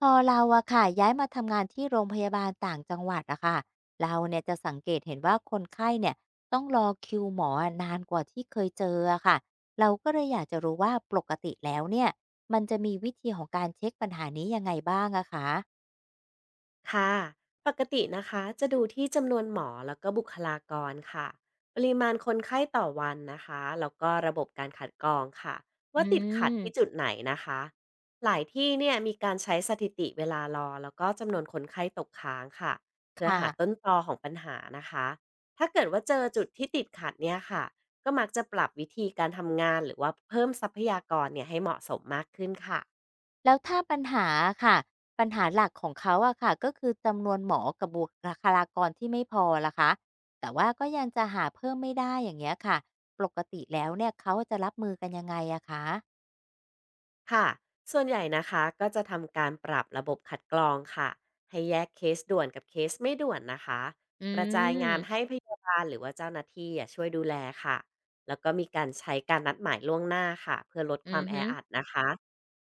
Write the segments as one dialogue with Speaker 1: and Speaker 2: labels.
Speaker 1: พอเราอะค่ะย้ายมาทำงานที่โรงพยาบาลต่างจังหวัดอะค่ะเราเนี่ยจะสังเกตเห็นว่าคนไข้เนี่ยต้องรอคิวหมออะนานกว่าที่เคยเจออะค่ะเราก็เลยอยากจะรู้ว่าปกติแล้วเนี่ยมันจะมีวิธีของการเช็คปัญหานี้ยังไงบ้างอะคะ
Speaker 2: ค่ะปกตินะคะจะดูที่จำนวนหมอแล้วก็บุคลากรค่ะปริมาณคนไข้ต่อวันนะคะแล้วก็ระบบการคัดกรองค่ะ
Speaker 1: อื
Speaker 2: ว่าติดขัดที่จุด
Speaker 1: ม
Speaker 2: ไหนนะคะหลายที่เนี่ยมีการใช้สถิติเวลารอแล้วก็จำนวนคนไข้ตกค้างค่ะเพื่อ
Speaker 1: ค่ะ
Speaker 2: หาต้นตอของปัญหานะคะถ้าเกิดว่าเจอจุดที่ติดขัดเนี่ยค่ะก็มักจะปรับวิธีการทำงานหรือว่าเพิ่มทรัพยากรเนี่ยให้เหมาะสมมากขึ้นค่ะ
Speaker 1: แล้วถ้าปัญหาค่ะปัญหาหลักของเขาอะค่ะก็คือจำนวนหมอกับบุคลากรที่ไม่พอล่ะคะแต่ว่าก็ยังจะหาเพิ่มไม่ได้อย่างเงี้ยค่ะปกติแล้วเนี่ยเขาจะรับมือกันยังไงอะคะ
Speaker 2: ค่ะ ส่วนใหญ่นะคะก็จะทำการปรับระบบคัดกรองค่ะ ให้แยกเคสด่วนกับเคสไม่ด่วนนะคะ
Speaker 1: อ
Speaker 2: กระจายงาน
Speaker 1: ื
Speaker 2: ให้
Speaker 1: ม
Speaker 2: พยาบาลหรือว่าเจ้าหน้าที่อะช่วยดูแลค่ะ แล้วก็มีการใช้การนัดหมายล่วงหน้าค่ะเพื่อลด
Speaker 1: อื
Speaker 2: ความ
Speaker 1: อ
Speaker 2: แอ
Speaker 1: ฮึ
Speaker 2: อัดนะคะ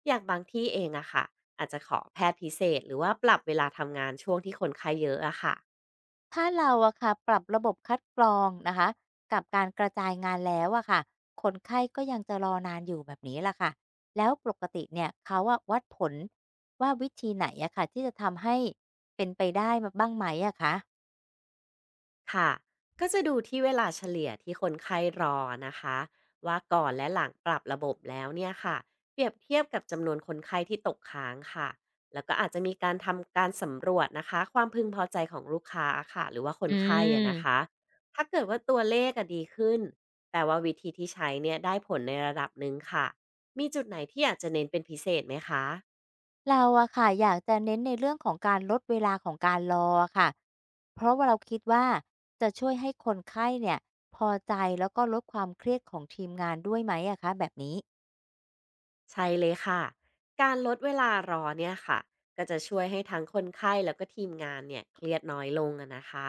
Speaker 2: อย่างบางที่เองอะค่ะอาจจะขอแพทย์พิเศษหรือว่าปรับเวลาทำงานช่วงที่คนไข้เยอะอะค่ะ
Speaker 1: ถ้าเราอะค่ะปรับระบบคัดกรองนะคะกับการกระจายงานแล้วอะค่ะคนไข้ก็ยังจะรอนานอยู่แบบนี้ล่ะค่ะแล้วปกติเนี่ยเขาอะวัดผลว่าวิธีไหนอะค่ะที่จะทำให้เป็นไปได้บ้างไหมอะคะ
Speaker 2: ค่ะก็จะดูที่เวลาเฉลี่ยที่คนไข้รอนะคะว่าก่อนและหลังปรับระบบแล้วเนี่ยค่ะเปรียบเทียบกับจำนวนคนไข้ที่ตกค้างค่ะแล้วก็อาจจะมีการทำการสำรวจนะคะความพึงพอใจของลูกค้าค่ะหรือว่าคน
Speaker 1: อื
Speaker 2: ไข้อะ
Speaker 1: ม
Speaker 2: นะคะถ้าเกิดว่าตัวเลขอะดีขึ้นแปลว่าวิธีที่ใช้เนี่ยได้ผลในระดับหนึ่งค่ะมีจุดไหนที่อยากจะเน้นเป็นพิเศษไหมคะ
Speaker 1: เราอะค่ะอยากจะเน้นในเรื่องของการลดเวลาของการรออะค่ะเพราะว่าเราคิดว่าจะช่วยให้คนไข้เนี่ยพอใจแล้วก็ลดความเครียดของทีมงานด้วยไหมอะคะแบบนี้
Speaker 2: ใช่เลยค่ะ การลดเวลารอเนี่ยค่ะก็จะช่วยให้ทั้งคนไข้แล้วก็ทีมงานเนี่ยเครียดน้อยลงอะนะคะ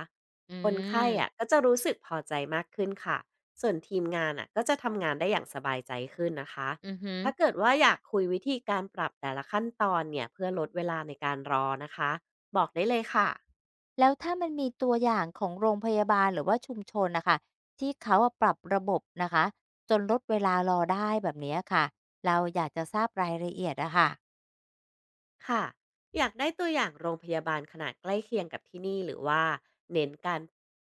Speaker 1: อื
Speaker 2: คนไข้อ่ะ
Speaker 1: ม
Speaker 2: ก็จะรู้สึกพอใจมากขึ้นค่ะ ส่วนทีมงานอ่ะก็จะทำงานได้อย่างสบายใจขึ้นนะคะ
Speaker 1: อือหือ
Speaker 2: ถ้าเกิดว่าอยากคุยวิธีการปรับแต่ละขั้นตอนเนี่ยเพื่อลดเวลาในการรอนะคะบอกได้เลยค่ะ
Speaker 1: แล้วถ้ามันมีตัวอย่างของโรงพยาบาลหรือว่าชุมชนนะคะที่เขาอะปรับระบบนะคะจนลดเวลารอได้แบบเนี้ยค่ะเราอยากจะทราบรายละเอียดอะค่ะ
Speaker 2: ค่ะอยากได้ตัวอย่างโรงพยาบาลขนาดใกล้เคียงกับที่นี่หรือว่าเน้นการ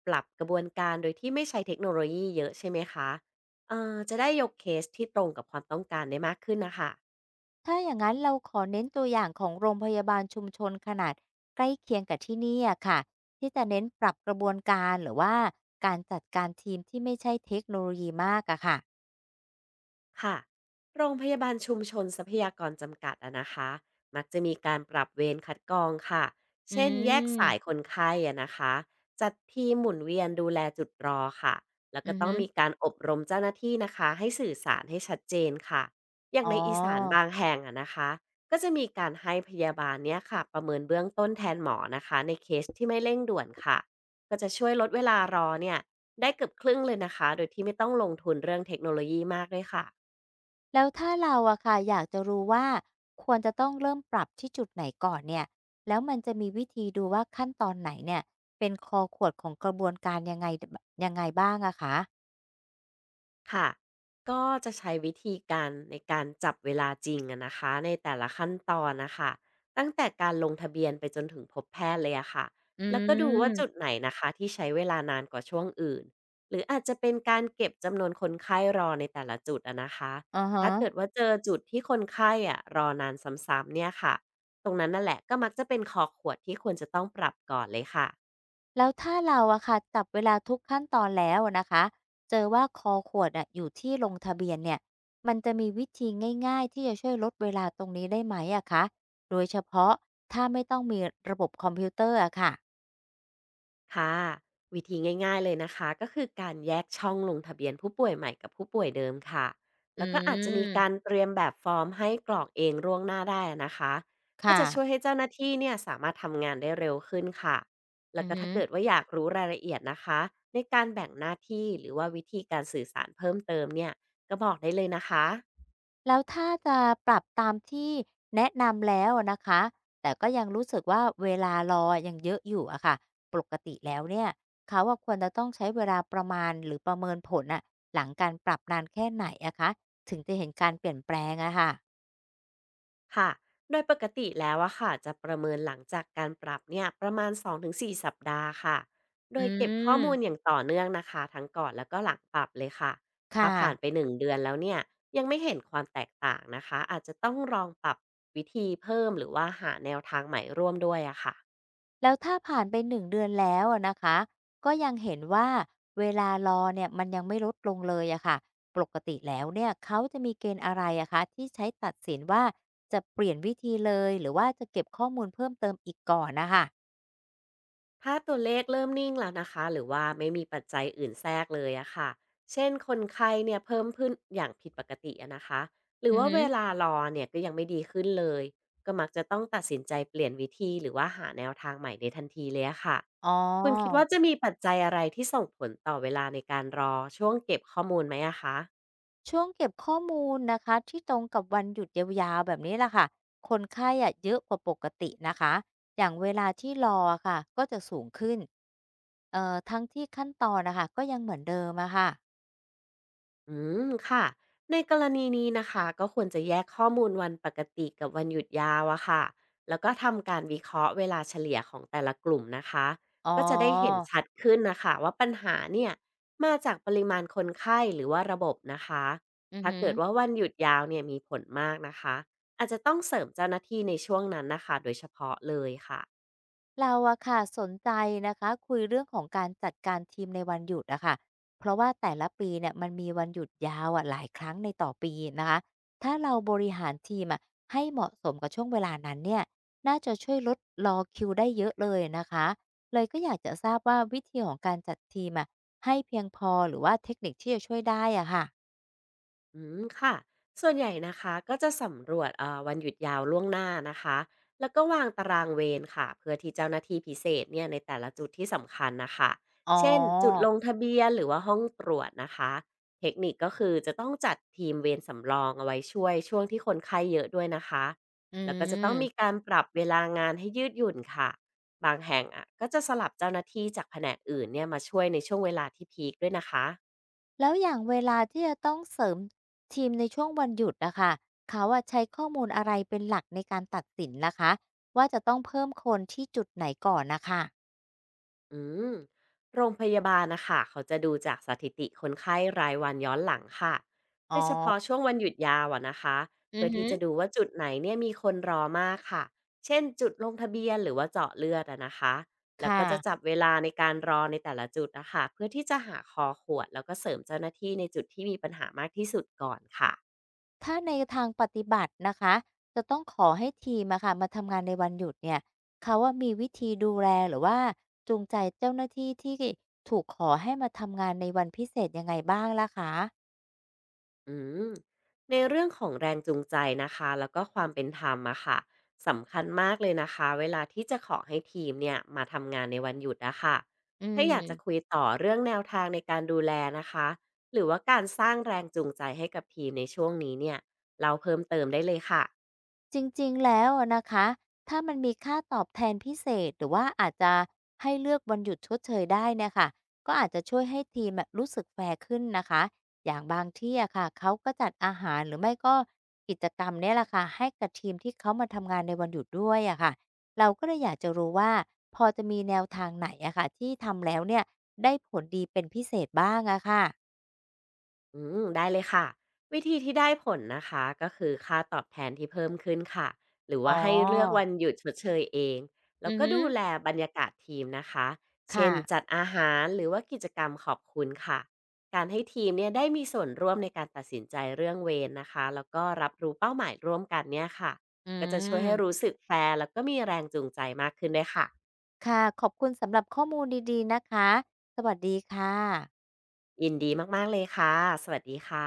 Speaker 2: ปรับกระบวนการโดยที่ไม่ใช้เทคโนโลยีเยอะใช่ไหมคะจะได้ยกเคสที่ตรงกับความต้องการได้มากขึ้นนะคะ
Speaker 1: ถ้าอย่างนั้นเราขอเน้นตัวอย่างของโรงพยาบาลชุมชนขนาดใกล้เคียงกับที่นี่อะค่ะที่จะเน้นปรับกระบวนการหรือว่าการจัดการทีมที่ไม่ใช่เทคโนโลยีมากอะค่ะ
Speaker 2: ค่ะโรงพยาบาลชุมชนทรัพยากรจำกัดอะนะคะมักจะมีการปรับเวรคัดกรองค่ะ
Speaker 1: อื
Speaker 2: เช่นแยกสายค
Speaker 1: ม
Speaker 2: นไข้อะนะคะจัดทีมหมุนเวียนดูแลจุดรอค่ะแล้วก็
Speaker 1: อือ
Speaker 2: ต้อง
Speaker 1: ฮึ
Speaker 2: มีการอบรมเจ้าหน้าที่นะคะให้สื่อสารให้ชัดเจนค่ะอย่าง
Speaker 1: อ๋อ
Speaker 2: ในอีสานบางแห่งอะนะคะก็จะมีการให้พยาบาลเนี้ยค่ะประเมินเบื้องต้นแทนหมอนะคะในเคสที่ไม่เร่งด่วนค่ะก็จะช่วยลดเวลารอเนี่ยได้เกือบครึ่งเลยนะคะโดยที่ไม่ต้องลงทุนเรื่องเทคโนโลยีมากด้วยค่ะ
Speaker 1: แล้วถ้าเราอะค่ะอยากจะรู้ว่าควรจะต้องเริ่มปรับที่จุดไหนก่อนเนี่ยแล้วมันจะมีวิธีดูว่าขั้นตอนไหนเนี่ยเป็นคอขวดของกระบวนการยังไงบ้างอะคะ
Speaker 2: ค่ะก็จะใช้วิธีการในการจับเวลาจริงอะนะคะในแต่ละขั้นตอนนะคะตั้งแต่การลงทะเบียนไปจนถึงพบแพทย์เลยอะค่ะ
Speaker 1: อื
Speaker 2: แล้วก็ดูว่าจุด
Speaker 1: ม
Speaker 2: ไหนนะคะที่ใช้เวลานานกว่าช่วงอื่นหรืออาจจะเป็นการเก็บจำนวนคนไข้รอในแต่ละจุดอะนะคะ
Speaker 1: อือฮะ
Speaker 2: ถ้าเกิดว่าเจอจุดที่คนไข้อะรอนานซ้ำๆเนี่ยค่ะตรงนั้นนั่นแหละก็มักจะเป็นคอขวดที่ควรจะต้องปรับก่อนเลยค่ะ
Speaker 1: แล้วถ้าเราอะค่ะจับเวลาทุกขั้นตอนแล้วอะนะคะเจอว่าคอขวดอะอยู่ที่ลงทะเบียนเนี่ยมันจะมีวิธีง่ายๆที่จะช่วยลดเวลาตรงนี้ได้ไหมอะคะโดยเฉพาะถ้าไม่ต้องมีระบบคอมพิวเตอร์อะค่ะ
Speaker 2: ค่ะวิธีง่ายๆเลยนะคะก็คือการแยกช่องลงทะเบียนผู้ป่วยใหม่กับผู้ป่วยเดิมค่ะ
Speaker 1: อ
Speaker 2: แล้วก็อาจจะมี
Speaker 1: ื
Speaker 2: การ
Speaker 1: ม
Speaker 2: เตรียมแบบฟอร์มให้กรอกเองล่วงหน้าได้นะคะก็
Speaker 1: ค่ะ
Speaker 2: จะช่วยให้เจ้าหน้าที่เนี่ยสามารถทำงานได้เร็วขึ้นค่ะแล้
Speaker 1: อื
Speaker 2: ว
Speaker 1: อ
Speaker 2: ก็
Speaker 1: ฮึ
Speaker 2: ถ้าเกิดว่าอยากรู้รายละเอียดนะคะในการแบ่งหน้าที่หรือว่าวิธีการสื่อสารเพิ่มเติมเนี่ยก็บอกได้เลยนะคะ
Speaker 1: แล้วถ้าจะปรับตามที่แนะนำแล้วอะนะคะ แต่ก็ยังรู้สึกว่าเวลารอยังเยอะอยู่อะค่ะปกติแล้วเนี่ยเขาอาควรจะต้องใช้เวลาประมาณหรือประเมินผลอะหลังการปรับนานแค่ไหนอะคะถึงจะเห็นการเปลี่ยนแปลงอะค่ะ
Speaker 2: ค่ะโดยปกติแล้วอะค่ะจะประเมินหลังจากการปรับเนี่ยประมาณ2-4สสัปดาห์ค่ะโดย
Speaker 1: อื
Speaker 2: เก็บข้อมูลอ
Speaker 1: ม
Speaker 2: ย่างต่อเนื่องนะคะทั้งก่อนแล้วก็หลังปรับเลยค่ะถ้า
Speaker 1: ค่ะ
Speaker 2: ผ่านไป1เดือนแล้วเนี่ยยังไม่เห็นความแตกต่างนะคะอาจจะต้องลองปรับวิธีเพิ่มหรือว่าหาแนวทางใหม่ร่วมด้วยอะค่ะ
Speaker 1: แล้วถ้าผ่านไป1เดือนแล้วอะนะคะก็ยังเห็นว่าเวลารอเนี่ยมันยังไม่ลดลงเลยอะค่ะปกติแล้วเนี่ยเขาจะมีเกณฑ์อะไรอะคะที่ใช้ตัดสินว่าจะเปลี่ยนวิธีเลยหรือว่าจะเก็บข้อมูลเพิ่มเติมอีกก่อนนะคะ
Speaker 2: ถ้าตัวเลขเริ่มนิ่งแล้วนะคะหรือว่าไม่มีปัจจัยอื่นแทรกเลยอะค่ะเช่นคนไข้เนี่ยเพิ่มขึ้นอย่างผิดปกติอะนะคะหรือ
Speaker 1: อือ
Speaker 2: ว่า
Speaker 1: ฮึ
Speaker 2: เวลารอเนี่ยก็ยังไม่ดีขึ้นเลยก็มักจะต้องตัดสินใจเปลี่ยนวิธีหรือว่าหาแนวทางใหม่ในทันทีเลยอะค่ะ
Speaker 1: อ๋
Speaker 2: คุณคิดว่า
Speaker 1: อ
Speaker 2: จะมีปัจจัยอะไรที่ส่งผลต่อเวลาในการรอช่วงเก็บข้อมูลไหมอะคะ
Speaker 1: ช่วงเก็บข้อมูลนะคะที่ตรงกับวันหยุดยาวๆแบบนี้แหละค่ะคนไข้อะเยอะกว่าปกตินะคะอย่างเวลาที่รออะค่ะก็จะสูงขึ้นทั้งที่ขั้นตอนนะคะก็ยังเหมือนเดิมอะค่ะ
Speaker 2: อืมค่ะในกรณีนี้นะคะก็ควรจะแยกข้อมูลวันปกติกับวันหยุดยาวอะค่ะแล้วก็ทำการวิเคราะห์เวลาเฉลี่ยของแต่ละกลุ่มนะคะ
Speaker 1: อ๋
Speaker 2: ก็จะได้เห็น
Speaker 1: อ
Speaker 2: ชัดขึ้นนะคะว่าปัญหาเนี่ยมาจากปริมาณคนไข้หรือว่าระบบนะคะ
Speaker 1: อือ
Speaker 2: ถ้า
Speaker 1: หือ
Speaker 2: เกิดว่าวันหยุดยาวเนี่ยมีผลมากนะคะอาจจะต้องเสริมเจ้าหน้าที่ในช่วงนั้นนะคะโดยเฉพาะเลยค่ะ
Speaker 1: เราอะค่ะสนใจนะคะคุยเรื่องของการจัดการทีมในวันหยุดอะค่ะเพราะว่าแต่ละปีเนี่ยมันมีวันหยุดยาวอะหลายครั้งในต่อปีนะคะถ้าเราบริหารทีมอะให้เหมาะสมกับช่วงเวลานั้นเนี่ยน่าจะช่วยลดรอคิวได้เยอะเลยนะคะ เลยก็อยากจะทราบว่าวิธีของการจัดทีมอะให้เพียงพอหรือว่าเทคนิคที่จะช่วยได้อะค่ะ
Speaker 2: อืมค่ะ ส่วนใหญ่นะคะก็จะสำรวจวันหยุดยาวล่วงหน้านะคะ แล้วก็วางตารางเวรค่ะเพื่อที่เจ้าหน้าที่พิเศษเนี่ยในแต่ละจุดที่สำคัญนะคะ
Speaker 1: อ๋อ
Speaker 2: เช่นจุดลงทะเบียนหรือว่าห้องตรวจนะคะเทคนิคก็คือจะต้องจัดทีมเวรสำรองเอาไว้ช่วยช่วงที่คนไข้เยอะด้วยนะคะ
Speaker 1: อื
Speaker 2: แล้วก็จะต้องมี
Speaker 1: ม
Speaker 2: การปรับเวลางานให้ยืดหยุ่นค่ะ บางแห่งอ่ะก็จะสลับเจ้าหน้าที่จากแผนกอื่นเนี่ยมาช่วยในช่วงเวลาที่พีคด้วยนะคะ
Speaker 1: แล้วอย่างเวลาที่จะต้องเสริมทีมในช่วงวันหยุดนะคะเขาอะใช้ข้อมูลอะไรเป็นหลักในการตัดสินล่ะคะว่าจะต้องเพิ่มคนที่จุดไหนก่อนนะคะ
Speaker 2: อืมโรงพยาบาลนะคะเขาจะดูจากสถิติคนไข้รายวันย้อนหลังค่ะ
Speaker 1: อ๋
Speaker 2: โด
Speaker 1: อ
Speaker 2: ยเฉพาะช่วงวันหยุดยาวอะนะคะ
Speaker 1: อื
Speaker 2: เพื่อ
Speaker 1: อฮึ
Speaker 2: ที่จะดูว่าจุดไหนเนี่ยมีคนรอมากค่ะเช่นจุดลงทะเบียนหรือว่าเจาะเลือดอะนะคะแล้วก็
Speaker 1: ค่ะ
Speaker 2: จะจับเวลาในการรอในแต่ละจุดนะคะเพื่อที่จะหาคอขวดแล้วก็เสริมเจ้าหน้าที่ในจุดที่มีปัญหามากที่สุดก่อนค่ะ
Speaker 1: ถ้าในทางปฏิบัตินะคะจะต้องขอให้ทีมอะค่ะมาทำงานในวันหยุดเนี่ยเขาว่ามีวิธีดูแลหรือว่าจูงใจเจ้าหน้าที่ที่ถูกขอให้มาทำงานในวันพิเศษยังไงบ้างล่ะคะ
Speaker 2: อืมในเรื่องของแรงจูงใจนะคะแล้วก็ความเป็นธรรมอะค่ะสำคัญมากเลยนะคะเวลาที่จะขอให้ทีมเนี่ยมาทำงานในวันหยุดอะค่ะ
Speaker 1: อื
Speaker 2: ถ้าอยากจะคุย
Speaker 1: ม
Speaker 2: ต่อเรื่องแนวทางในการดูแลนะคะหรือว่าการสร้างแรงจูงใจให้กับทีมในช่วงนี้เนี่ยเราเพิ่มเติมได้เลยค่ะ
Speaker 1: จริงๆ แล้วอะนะคะ ถ้ามันมีค่าตอบแทนพิเศษ หรือว่าอาจจะให้เลือกวันหยุดชดเชยได้เนี่ยค่ะก็อาจจะช่วยให้ทีมอะรู้สึกแฟร์ขึ้นนะคะ อย่างบางที่อะค่ะเขาก็จัดอาหารหรือไม่ก็กิจกรรมเนี่ยแหละค่ะให้กับทีมที่เขามาทำงานในวันหยุดด้วยอะค่ะเราก็เลยอยากจะรู้ว่าพอจะมีแนวทางไหนอะค่ะที่ทำแล้วเนี่ยได้ผลดีเป็นพิเศษบ้างอะค่ะ
Speaker 2: อืมได้เลยค่ะวิธีที่ได้ผลนะคะก็คือค่าตอบแทนที่เพิ่มขึ้นค่ะหรือ
Speaker 1: อ๋
Speaker 2: ว่าให้เลือก
Speaker 1: อ
Speaker 2: วันหยุดชดเชยเองแล้
Speaker 1: อื
Speaker 2: ว
Speaker 1: อ
Speaker 2: ก็
Speaker 1: ฮึ
Speaker 2: ดูแลบรรยากาศทีมนะคะเช่
Speaker 1: ค่ะ
Speaker 2: นจัดอาหารหรือว่ากิจกรรมขอบคุณค่ะการให้ทีมเนี่ยได้มีส่วนร่วมในการตัดสินใจเรื่องเวรนะคะแล้วก็รับรู้เป้าหมายร่วมกันเนี่ยค่ะ
Speaker 1: อื
Speaker 2: ก็จะช่วย
Speaker 1: ม
Speaker 2: ให้รู้สึกแฟร์แล้วก็มีแรงจูงใจมากขึ้นด้วยค่ะ
Speaker 1: ค่ะขอบคุณสำหรับข้อมูลดีๆนะคะ สวัสดีค่ะ
Speaker 2: ยินดีมากๆเลยค่ะสวัสดีค่ะ